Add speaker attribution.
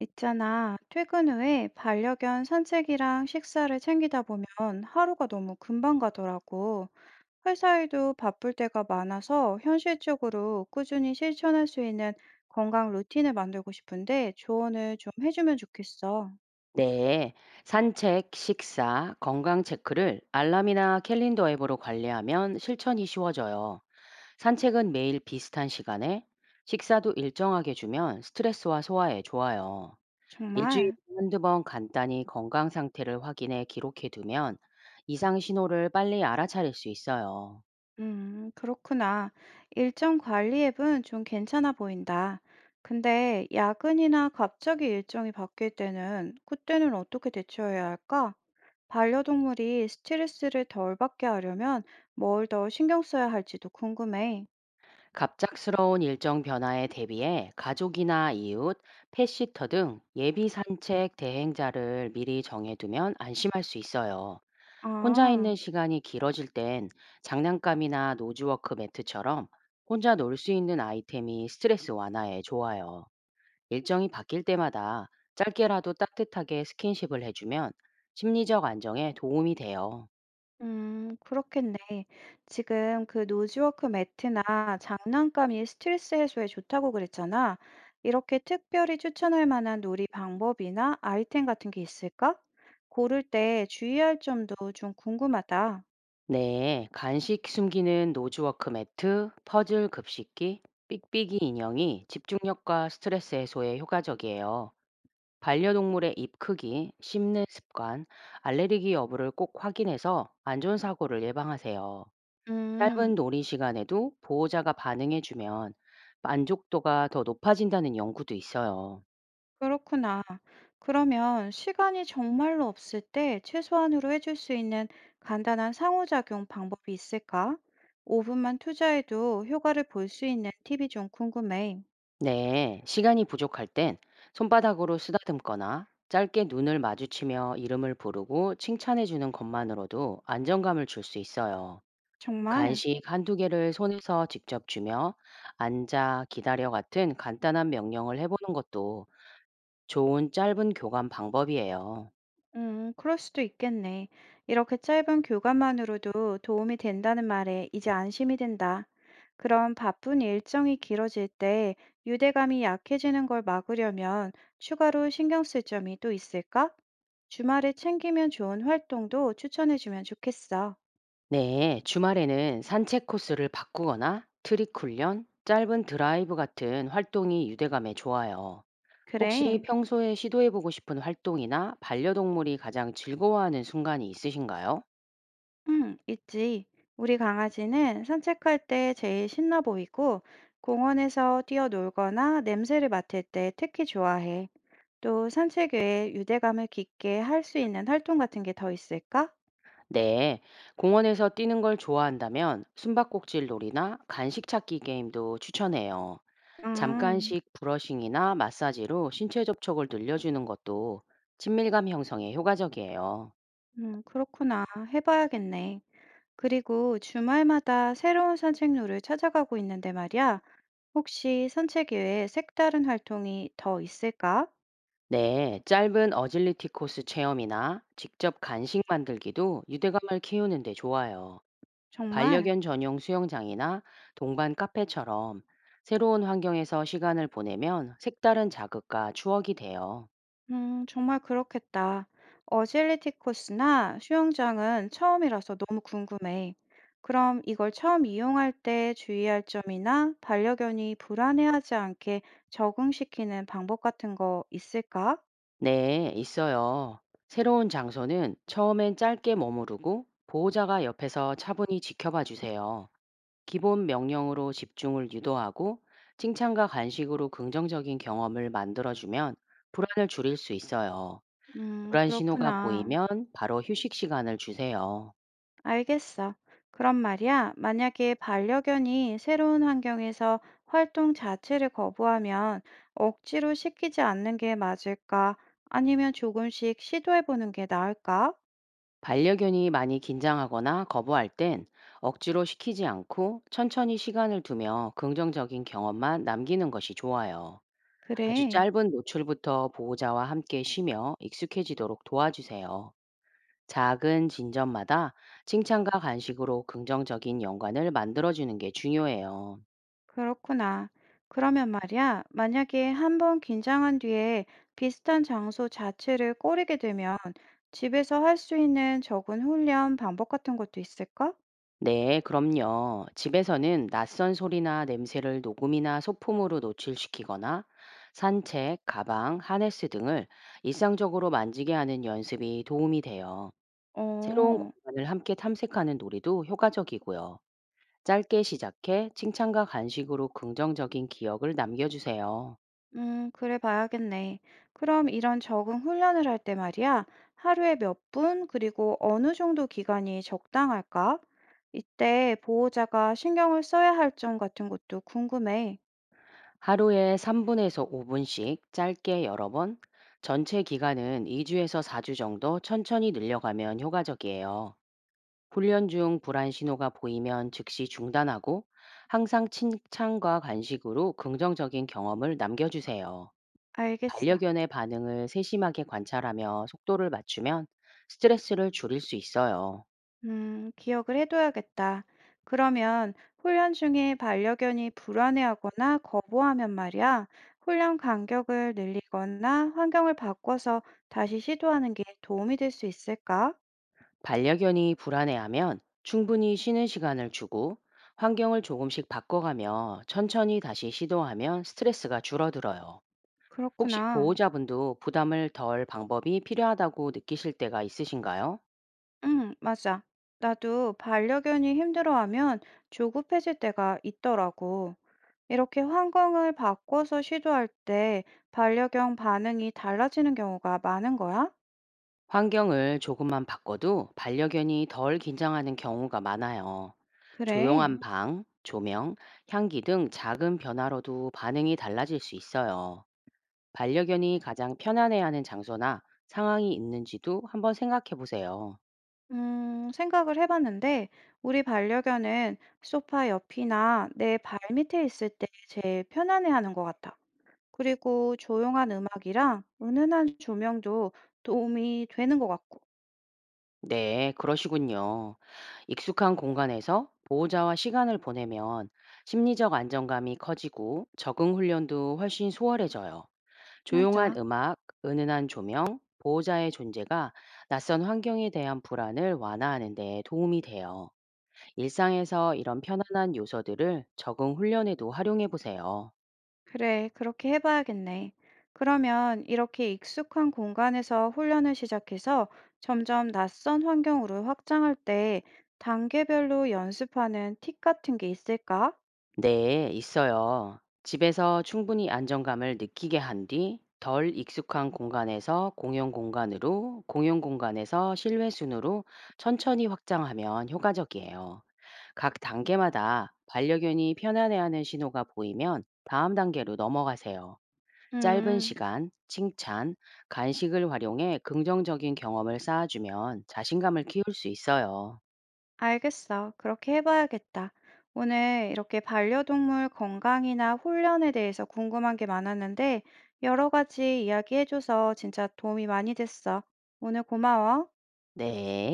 Speaker 1: 있잖아, 퇴근 후에 반려견 산책이랑 식사를 챙기다 보면 하루가 너무 금방 가더라고. 회사 일도 바쁠 때가 많아서 현실적으로 꾸준히 실천할 수 있는 건강 루틴을 만들고 싶은데 조언을 좀 해주면 좋겠어.
Speaker 2: 네, 산책, 식사, 건강 체크를 알람이나 캘린더 앱으로 관리하면 실천이 쉬워져요. 산책은 매일 비슷한 시간에, 식사도 일정하게 주면 스트레스와 소화에 좋아요. 일주일에
Speaker 1: 정말.
Speaker 2: 한두 번 간단히 건강 상태를 확인해 기록해 두면 이상 신호를 빨리 알아차릴 수 있어요.
Speaker 1: 그렇구나. 일정 관리 앱은 좀 괜찮아 보인다. 근데 야근이나 갑자기 일정이 바뀔 때는 그때는 어떻게 대처해야 할까? 반려동물이 스트레스를 덜 받게 하려면 뭘 더 신경 써야 할지도 궁금해.
Speaker 2: 갑작스러운 일정 변화에 대비해 가족이나 이웃, 펫시터 등 예비 산책 대행자를 미리 정해두면 안심할 수 있어요. 혼자
Speaker 1: 아.
Speaker 2: 있는 시간이 길어질 땐 장난감이나 노즈워크 매트처럼 혼자 놀 수 있는 아이템이 스트레스 완화에 좋아요. 일정이 바뀔 때마다 짧게라도 따뜻하게 스킨십을 해주면 심리적 안정에 도움이 돼요.
Speaker 1: 그렇겠네. 지금 그 노즈워크 매트나 장난감이 스트레스 해소에 좋다고 그랬잖아. 이렇게 특별히 추천할 만한 놀이 방법이나 아이템 같은 게 있을까? 고를 때 주의할 점도 좀 궁금하다.
Speaker 2: 네, 간식 숨기는 노즈워크 매트, 퍼즐 급식기, 삑삑이 인형이 집중력과 스트레스 해소에 효과적이에요. 반려동물의 입 크기, 씹는 습관, 알레르기 여부를 꼭 확인해서 안전사고를 예방하세요. 짧은
Speaker 1: 음,
Speaker 2: 놀이 시간에도 보호자가 반응해주면 만족도가 더 높아진다는 연구도 있어요.
Speaker 1: 그렇구나. 그러면 시간이 정말로 없을 때 최소한으로 해줄 수 있는 간단한 상호작용 방법이 있을까? 5분만 투자해도 효과를 볼 수 있는 팁이 좀 궁금해.
Speaker 2: 네, 시간이 부족할 땐 손바닥으로 쓰다듬거나 짧게 눈을 마주치며 이름을 부르고 칭찬해 주는 것만으로도 안정감을 줄 수 있어요.
Speaker 1: 정말?
Speaker 2: 간식 한두 개를 손에서 직접 주며 앉아, 기다려 같은 간단한 명령을 해보는 것도 좋은 짧은 교감 방법이에요.
Speaker 1: 그럴 수도 있겠네. 이렇게 짧은 교감만으로도 도움이 된다는 말에 이제 안심이 된다. 그럼 바쁜 일정이 길어질 때 유대감이 약해지는 걸 막으려면 추가로 신경 쓸 점이 또 있을까? 주말에 챙기면 좋은 활동도 추천해주면 좋겠어.
Speaker 2: 네, 주말에는 산책 코스를 바꾸거나 트릭 훈련, 짧은 드라이브 같은 활동이 유대감에 좋아요. 혹시
Speaker 1: 그래,
Speaker 2: 평소에 시도해보고 싶은 활동이나 반려동물이 가장 즐거워하는 순간이 있으신가요?
Speaker 1: 응, 있지. 우리 강아지는 산책할 때 제일 신나 보이고 공원에서 뛰어놀거나 냄새를 맡을 때 특히 좋아해. 또 산책 외에 유대감을 깊게 할 수 있는 활동 같은 게 더 있을까?
Speaker 2: 네, 공원에서 뛰는 걸 좋아한다면 숨바꼭질 놀이나 간식 찾기 게임도 추천해요.
Speaker 1: 아,
Speaker 2: 잠깐씩 브러싱이나 마사지로 신체 접촉을 늘려주는 것도 친밀감 형성에 효과적이에요.
Speaker 1: 그렇구나. 해봐야겠네. 그리고 주말마다 새로운 산책로를 찾아가고 있는데 말이야. 혹시 산책 외에 색다른 활동이 더 있을까?
Speaker 2: 네, 짧은 어질리티 코스 체험이나 직접 간식 만들기도 유대감을 키우는데 좋아요.
Speaker 1: 정말?
Speaker 2: 반려견 전용 수영장이나 동반 카페처럼 새로운 환경에서 시간을 보내면 색다른 자극과 추억이 돼요.
Speaker 1: 정말 그렇겠다. 어질리티 코스나 수영장은 처음이라서 너무 궁금해. 그럼 이걸 처음 이용할 때 주의할 점이나 반려견이 불안해하지 않게 적응시키는 방법 같은 거 있을까?
Speaker 2: 네, 있어요. 새로운 장소는 처음엔 짧게 머무르고 보호자가 옆에서 차분히 지켜봐 주세요. 기본 명령으로 집중을 유도하고 칭찬과 간식으로 긍정적인 경험을 만들어주면 불안을 줄일 수 있어요. 불안 신호가
Speaker 1: 그렇구나.
Speaker 2: 보이면 바로 휴식 시간을 주세요.
Speaker 1: 알겠어. 그럼 말이야, 만약에 반려견이 새로운 환경에서 활동 자체를 거부하면 억지로 시키지 않는 게 맞을까? 아니면 조금씩 시도해 보는 게 나을까?
Speaker 2: 반려견이 많이 긴장하거나 거부할 땐 억지로 시키지 않고 천천히 시간을 두며 긍정적인 경험만 남기는 것이 좋아요. 아주
Speaker 1: 그래,
Speaker 2: 짧은 노출부터 보호자와 함께 쉬며 익숙해지도록 도와주세요. 작은 진전마다 칭찬과 간식으로 긍정적인 연관을 만들어주는 게 중요해요.
Speaker 1: 그렇구나. 그러면 말이야, 만약에 한 번 긴장한 뒤에 비슷한 장소 자체를 꺼리게 되면 집에서 할 수 있는 적은 훈련 방법 같은 것도 있을까?
Speaker 2: 네, 그럼요. 집에서는 낯선 소리나 냄새를 녹음이나 소품으로 노출시키거나 산책, 가방, 하네스 등을 일상적으로 만지게 하는 연습이 도움이 돼요. 새로운
Speaker 1: 어,
Speaker 2: 공간을 함께 탐색하는 놀이도 효과적이고요. 짧게 시작해 칭찬과 간식으로 긍정적인 기억을 남겨주세요.
Speaker 1: 그래 봐야겠네. 그럼 이런 적응 훈련을 할 때 말이야, 하루에 몇 분, 그리고 어느 정도 기간이 적당할까? 이때 보호자가 신경을 써야 할 점 같은 것도 궁금해.
Speaker 2: 하루에 3분에서 5분씩 짧게 여러 번, 전체 기간은 2주에서 4주 정도 천천히 늘려가면 효과적이에요. 훈련 중 불안 신호가 보이면 즉시 중단하고 항상 칭찬과 간식으로 긍정적인 경험을 남겨주세요.
Speaker 1: 알겠어.
Speaker 2: 반려견의 반응을 세심하게 관찰하며 속도를 맞추면 스트레스를 줄일 수 있어요.
Speaker 1: 기억을 해둬야겠다. 그러면 훈련 중에 반려견이 불안해하거나 거부하면 말이야, 훈련 간격을 늘리거나 환경을 바꿔서 다시 시도하는 게 도움이 될 수 있을까?
Speaker 2: 반려견이 불안해하면 충분히 쉬는 시간을 주고 환경을 조금씩 바꿔가며 천천히 다시 시도하면 스트레스가 줄어들어요. 혹시
Speaker 1: 그렇구나.
Speaker 2: 보호자분도 부담을 덜 방법이 필요하다고 느끼실 때가 있으신가요?
Speaker 1: 응, 맞아. 나도 반려견이 힘들어하면 조급해질 때가 있더라고. 이렇게 환경을 바꿔서 시도할 때 반려견 반응이 달라지는 경우가 많은 거야?
Speaker 2: 환경을 조금만 바꿔도 반려견이 덜 긴장하는 경우가 많아요.
Speaker 1: 그래.
Speaker 2: 조용한 방, 조명, 향기 등 작은 변화로도 반응이 달라질 수 있어요. 반려견이 가장 편안해하는 장소나 상황이 있는지도 한번 생각해 보세요.
Speaker 1: 생각을 해봤는데, 우리 반려견은 소파 옆이나 내 발 밑에 있을 때 제일 편안해하는 것 같아. 그리고 조용한 음악이랑 은은한 조명도 도움이 되는 것 같고.
Speaker 2: 네, 그러시군요. 익숙한 공간에서 보호자와 시간을 보내면 심리적 안정감이 커지고 적응 훈련도 훨씬 수월해져요. 조용한
Speaker 1: 맞아.
Speaker 2: 음악, 은은한 조명, 보호자의 존재가 낯선 환경에 대한 불안을 완화하는 데 도움이 돼요. 일상에서 이런 편안한 요소들을 적응 훈련에도 활용해 보세요.
Speaker 1: 그래, 그렇게 해봐야겠네. 그러면 이렇게 익숙한 공간에서 훈련을 시작해서 점점 낯선 환경으로 확장할 때 단계별로 연습하는 팁 같은 게 있을까?
Speaker 2: 네, 있어요. 집에서 충분히 안정감을 느끼게 한 뒤 덜 익숙한 공간에서 공용 공간으로, 공용 공간에서 실외 순으로 천천히 확장하면 효과적이에요. 각 단계마다 반려견이 편안해하는 신호가 보이면 다음 단계로 넘어가세요. 짧은
Speaker 1: 음.
Speaker 2: 시간, 칭찬, 간식을 활용해 긍정적인 경험을 쌓아주면 자신감을 키울 수 있어요.
Speaker 1: 알겠어. 그렇게 해봐야겠다. 오늘 이렇게 반려동물 건강이나 훈련에 대해서 궁금한 게 많았는데, 여러 가지 이야기해줘서 진짜 도움이 많이 됐어. 오늘 고마워.
Speaker 2: 네.